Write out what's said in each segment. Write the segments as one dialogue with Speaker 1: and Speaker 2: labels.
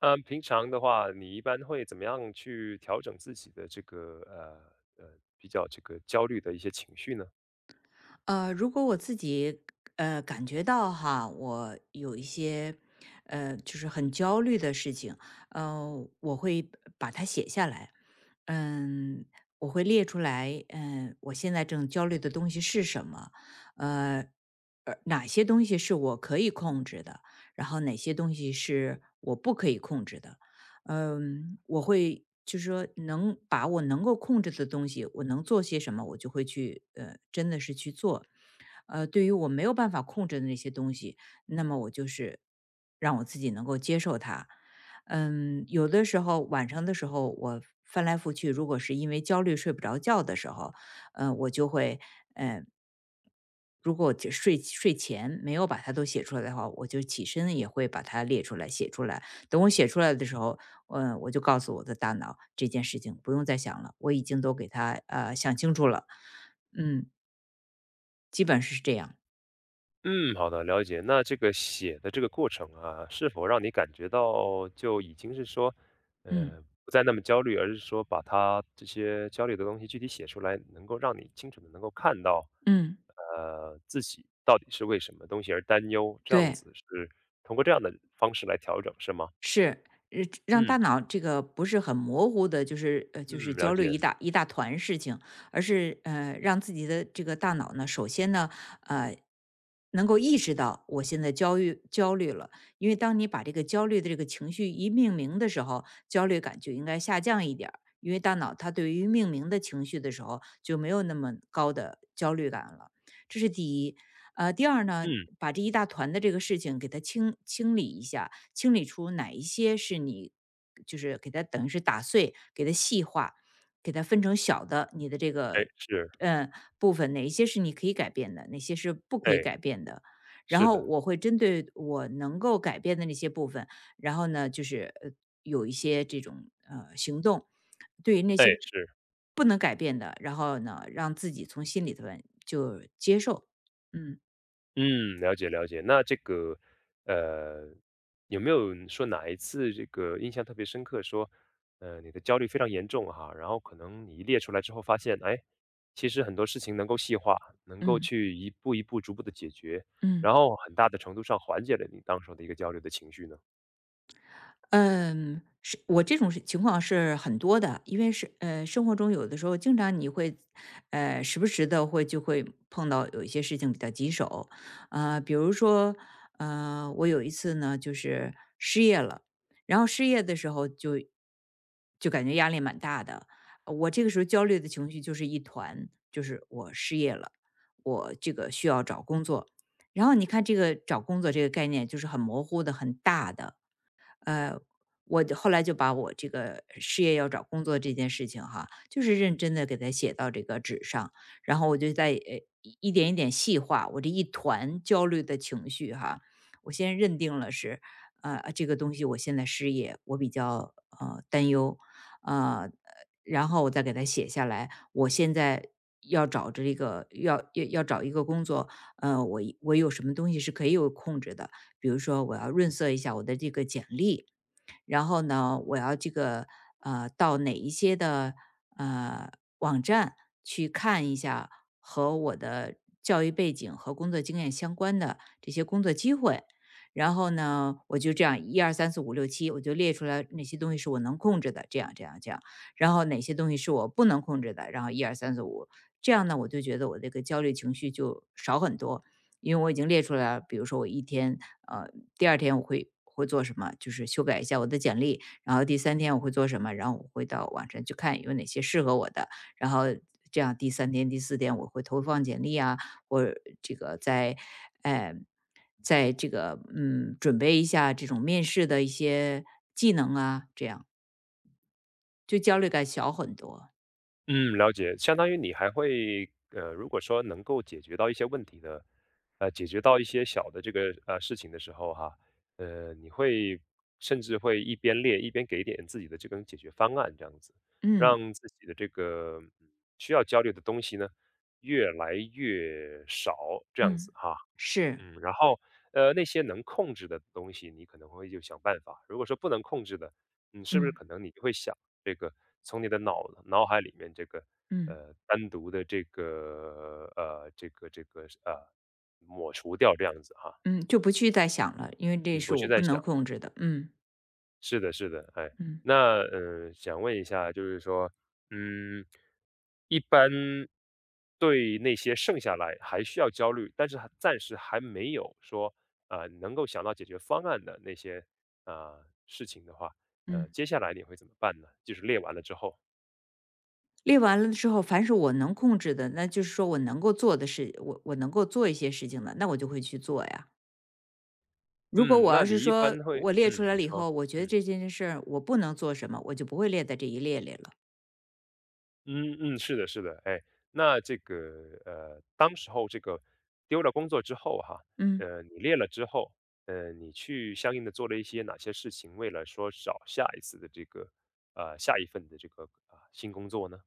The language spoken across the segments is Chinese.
Speaker 1: 嗯，平常的话，你一般会怎么样去调整自己的这个比较这个焦虑的一些情绪呢？
Speaker 2: 如果我自己感觉到哈，我有一些就是很焦虑的事情，我会把它写下来。嗯，我会列出来，我现在正焦虑的东西是什么。呃。哪些东西是我可以控制的，然后哪些东西是我不可以控制的？我会就是说能把我能够控制的东西，我能做些什么，我就会去真的是去做。对于我没有办法控制的那些东西，那么我就是让我自己能够接受它。有的时候晚上的时候，我翻来覆去，如果是因为焦虑睡不着觉的时候，呃，我就会，呃，如果我就睡前没有把它都写出来的话，我就起身也会把它列出来、写出来。等我写出来的时候，我就告诉我的大脑这件事情不用再想了，我已经都给它想清楚了。嗯，基本是这样。
Speaker 1: 嗯，好的，了解。那这个写的这个过程啊，是否让你感觉到就已经是说，
Speaker 2: 嗯，
Speaker 1: 不再那么焦虑，而是说把它这些焦虑的东西具体写出来，能够让你清楚的能够看到，
Speaker 2: 嗯，
Speaker 1: 自己到底是为什么东西而担忧，这样
Speaker 2: 对。
Speaker 1: 子是通过这样的方式来调整，是吗？
Speaker 2: 是，呃让大
Speaker 1: 嗯
Speaker 2: 脑这个不是很模糊的，就是就是
Speaker 1: 嗯，了
Speaker 2: 焦
Speaker 1: 解。
Speaker 2: 虑一大一大团事情，而是让自己的这个大脑呢，首先呢，呃，能够意识到我现在焦虑了。因为当你把这个焦虑的这个情绪一命名的时候，焦虑感就应该下降一点儿，因为大脑它对于命名的情绪的时候就没有那么高的焦虑感了，这是第一。第二呢，
Speaker 1: 嗯，
Speaker 2: 把这一大团的这个事情给它清理一下，清理出哪一些是你就是给它等于是打碎，给它细化，给它分成小的你的这
Speaker 1: 哎，
Speaker 2: 个
Speaker 1: 是。
Speaker 2: 嗯部分，哪一些是你可以改变的，哪些是不可以
Speaker 1: 哎，
Speaker 2: 改变的。然
Speaker 1: 是
Speaker 2: 后
Speaker 1: 的，
Speaker 2: 我会针对我能够改变的那些部分，然后呢，就是有一些这种行动，对于那
Speaker 1: 哎，
Speaker 2: 些
Speaker 1: 是，
Speaker 2: 不能改变的，然后呢，让自己从心里头就接受。嗯，
Speaker 1: 嗯，了解了解。那这个，呃，有没有说哪一次这个印象特别深刻，说，你的焦虑非常严重哈，然后可能你一列出来之后发现，哎，其实很多事情能够细化，能够
Speaker 2: 嗯，
Speaker 1: 去一步一步、逐步的解决，
Speaker 2: 嗯。
Speaker 1: 然后很大的程度上缓解了你当时候的一个焦虑的情绪呢？
Speaker 2: 嗯，是我这种是情况是很多的，因为是生活中有的时候经常你会，时不时的就会碰到有一些事情比较棘手。比如说，我有一次呢，就是失业了，然后失业的时候就感觉压力蛮大的。我这个时候焦虑的情绪就是一团，就是我失业了，我这个需要找工作。然后你看这个找工作这个概念就是很模糊的、很大的。呃，我就后来就把我这个事业要找工作这件事情哈，就是认真的给它写到这个纸上，然后我就在一点一点细化我这一团焦虑的情绪哈。我先认定了是，这个东西我现在失业，我比较担忧。呃，然后我再给它写下来，我现在。要找这个要找一个工作。我有什么东西是可以有控制的，比如说我要润色一下我的这个简历，然后呢，我要这个到哪一些的呃网站去看一下和我的教育背景和工作经验相关的这些工作机会。然后呢，我就这样一二三四五六七，我就列出来哪些东西是我能控制的，这样这样这样。然后哪些东西是我不能控制的，然后一二三四五，这样呢，我就觉得我这个焦虑情绪就少很多。因为我已经列出来了，比如说我一天，呃，第二天我会做什么，就是修改一下我的简历，然后第三天我会做什么，然后我会到网上去看有哪些适合我的，然后这样第三天、第四天我会投放简历啊，或者这个在，呃，在这个准备一下这种面试的一些技能啊，这样就焦虑感小很多。
Speaker 1: 嗯，了解，相当于你还会，如果说能够解决到一些问题的，解决到一些小的这个事情的时候哈，你会甚至会一边练一边给点自己的这种解决方案，这样子，
Speaker 2: 嗯，
Speaker 1: 让自己的这个嗯需要焦虑的东西呢越来越少，这样子
Speaker 2: 嗯，
Speaker 1: 哈。
Speaker 2: 是，
Speaker 1: 嗯，然后，那些能控制的东西，你可能会就想办法。如果说不能控制的，你是不是
Speaker 2: 嗯，
Speaker 1: 可能你就会想这个从你的脑海里面这个
Speaker 2: 嗯，
Speaker 1: 呃单独的这个抹除掉这样子哈，
Speaker 2: 嗯，就不去再想了，因为这
Speaker 1: 嗯，
Speaker 2: 是
Speaker 1: 不去
Speaker 2: 我
Speaker 1: 再
Speaker 2: 不
Speaker 1: 想。
Speaker 2: 能控制的。嗯。
Speaker 1: 是的，是的，哎，
Speaker 2: 嗯，
Speaker 1: 那想问一下，就是说，嗯，一般对那些剩下来还需要焦虑，但是还暂时还没有说能够想到解决方案的那些事情的话，
Speaker 2: 嗯，
Speaker 1: 接下来你会怎么办呢？就是列完了之后，
Speaker 2: 列完了之后，凡是我能控制的，那就是说我能够做的事，我能够做一些事情的，那我就会去做呀。如果
Speaker 1: 嗯，
Speaker 2: 我
Speaker 1: 那
Speaker 2: 要
Speaker 1: 你
Speaker 2: 是
Speaker 1: 一
Speaker 2: 说
Speaker 1: 般会，
Speaker 2: 我列出
Speaker 1: 嗯，
Speaker 2: 来
Speaker 1: 你
Speaker 2: 了以
Speaker 1: 说，
Speaker 2: 后，我觉得
Speaker 1: 嗯。
Speaker 2: 这件事儿我不能做什么，我就不会列在这一列里了。
Speaker 1: 嗯嗯，是的，是的，哎，那这个当时候这个丢了工作之后哈，
Speaker 2: 嗯。
Speaker 1: 你列了之后，你去相应的做了一些哪些事情，为了说找下一次的这个下一份的这个新工作呢？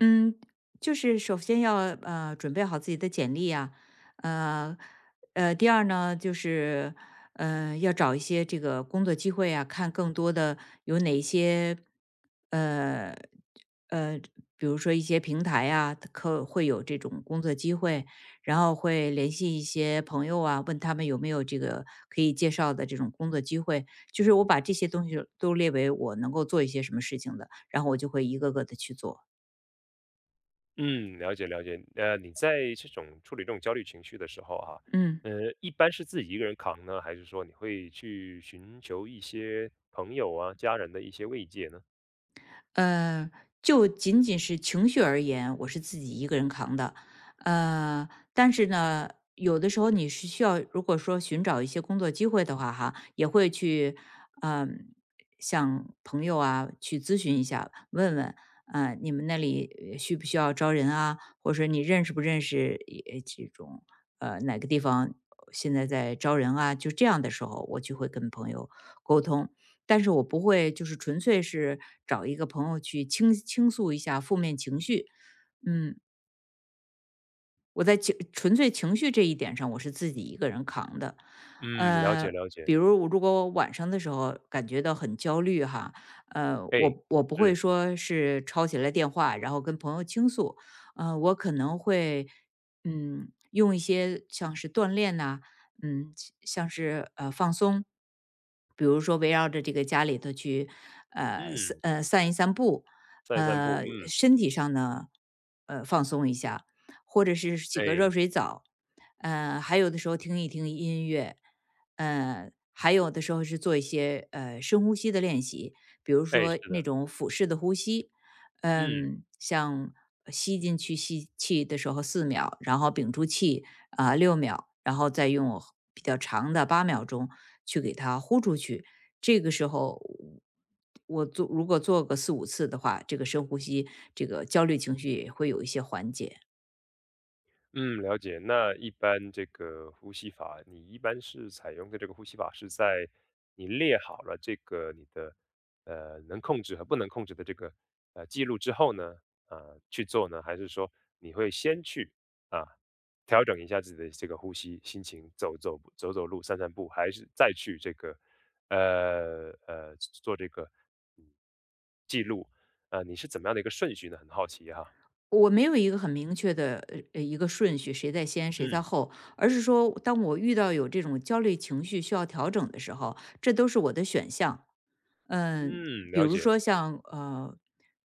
Speaker 2: 嗯，就是首先要准备好自己的简历啊。呃第二呢就是要找一些这个工作机会啊，看更多的有哪一些呃呃，比如说一些平台啊，可会有这种工作机会，然后会联系一些朋友啊，问他们有没有这个可以介绍的这种工作机会，就是我把这些东西都列为我能够做一些什么事情的，然后我就会一个个的去做。
Speaker 1: 嗯，了解了解。你在这种处理这种焦虑情绪的时候哈，
Speaker 2: 嗯。
Speaker 1: 呃，一般是自己一个人扛呢，还是说你会去寻求一些朋友啊、家人的一些慰藉呢？
Speaker 2: 呃，就仅仅是情绪而言，我是自己一个人扛的。但是呢，有的时候你是需要，如果说寻找一些工作机会的话，哈，也会去，嗯、向朋友啊去咨询一下，问问，你们那里需不需要招人啊？或者说你认识不认识这种，哪个地方现在在招人啊？就这样的时候，我就会跟朋友沟通。但是我不会就是纯粹是找一个朋友去倾诉一下负面情绪。嗯，我在纯粹情绪这一点上，我是自己一个人扛的。
Speaker 1: 嗯，了解
Speaker 2: 呃，
Speaker 1: 了解。
Speaker 2: 比如我如果我晚上的时候感觉到很焦虑哈，
Speaker 1: 哎，
Speaker 2: 我不会
Speaker 1: 是，
Speaker 2: 说是抄起来电话，然后跟朋友倾诉。我可能会用一些像是锻炼呐，嗯，像是放松，比如说围绕着这个家里头去
Speaker 1: 嗯。
Speaker 2: 散一散步，
Speaker 1: 散散步，嗯，
Speaker 2: 身体上呢放松一下，或者是洗个
Speaker 1: 哎，
Speaker 2: 热水澡。还有的时候听一听音乐。还有的时候是做一些深呼吸的练习，比如
Speaker 1: 哎，
Speaker 2: 说
Speaker 1: 是
Speaker 2: 那
Speaker 1: 的，
Speaker 2: 种腹式的呼吸。
Speaker 1: 嗯。
Speaker 2: 像吸进去吸气的时候4秒，然后屏住气六、秒，然后再用比较长的8秒钟去给它呼出去。这个时候，如果做个四五次的话，这个深呼吸，这个焦虑情绪也会有一些缓解。
Speaker 1: 嗯，了解。那一般这个呼吸法，你一般是采用的这个呼吸法是在你列好了这个你的能控制和不能控制的这个记录之后呢，啊、去做呢，还是说你会先去啊调整一下自己的这个呼吸、心情，走走步走走路、散散步，还是再去这个呃呃做这个嗯记录？你是怎么样的一个顺序呢？很好奇哈。
Speaker 2: 我没有一个很明确的一个顺序，谁在先谁在
Speaker 1: 嗯。
Speaker 2: 后，而是说，当我遇到有这种焦虑情绪需要调整的时候，这都是我的选项。嗯，
Speaker 1: 嗯，
Speaker 2: 比
Speaker 1: 了
Speaker 2: 如
Speaker 1: 解。
Speaker 2: 说像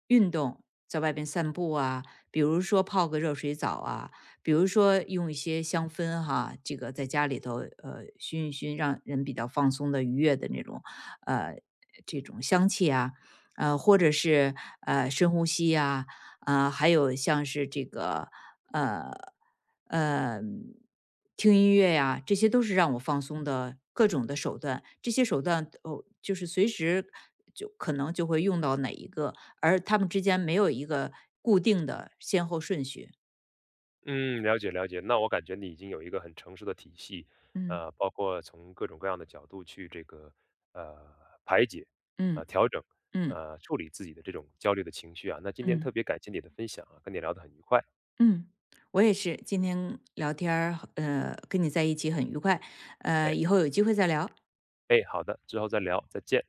Speaker 2: 运动，在外边散步啊，比如说泡个热水澡啊，比如说用一些香氛哈，这个在家里头熏一熏，让人比较放松的愉悦的那种呃这种香气啊，或者是深呼吸啊。啊，还有像是这个呃呃听音乐呀，这些都是让我放松的各种的手段。这些手段哦，就是随时就可能就会用到哪一个，而他们之间没有一个固定的先后顺序。
Speaker 1: 嗯，了解了解。那我感觉你已经有一个很成熟的体系，
Speaker 2: 嗯，
Speaker 1: 包括从各种各样的角度去这个呃排解、
Speaker 2: 嗯，
Speaker 1: 调整、
Speaker 2: 嗯，
Speaker 1: 处理自己的这种焦虑的情绪啊。那今天
Speaker 2: 嗯，
Speaker 1: 特别感谢你的分享啊，跟你聊得很愉快。
Speaker 2: 嗯，我也是，今天聊天儿，跟你在一起很愉快。
Speaker 1: 哎
Speaker 2: 以后有机会再聊。
Speaker 1: 哎，好的，之后再聊，再见。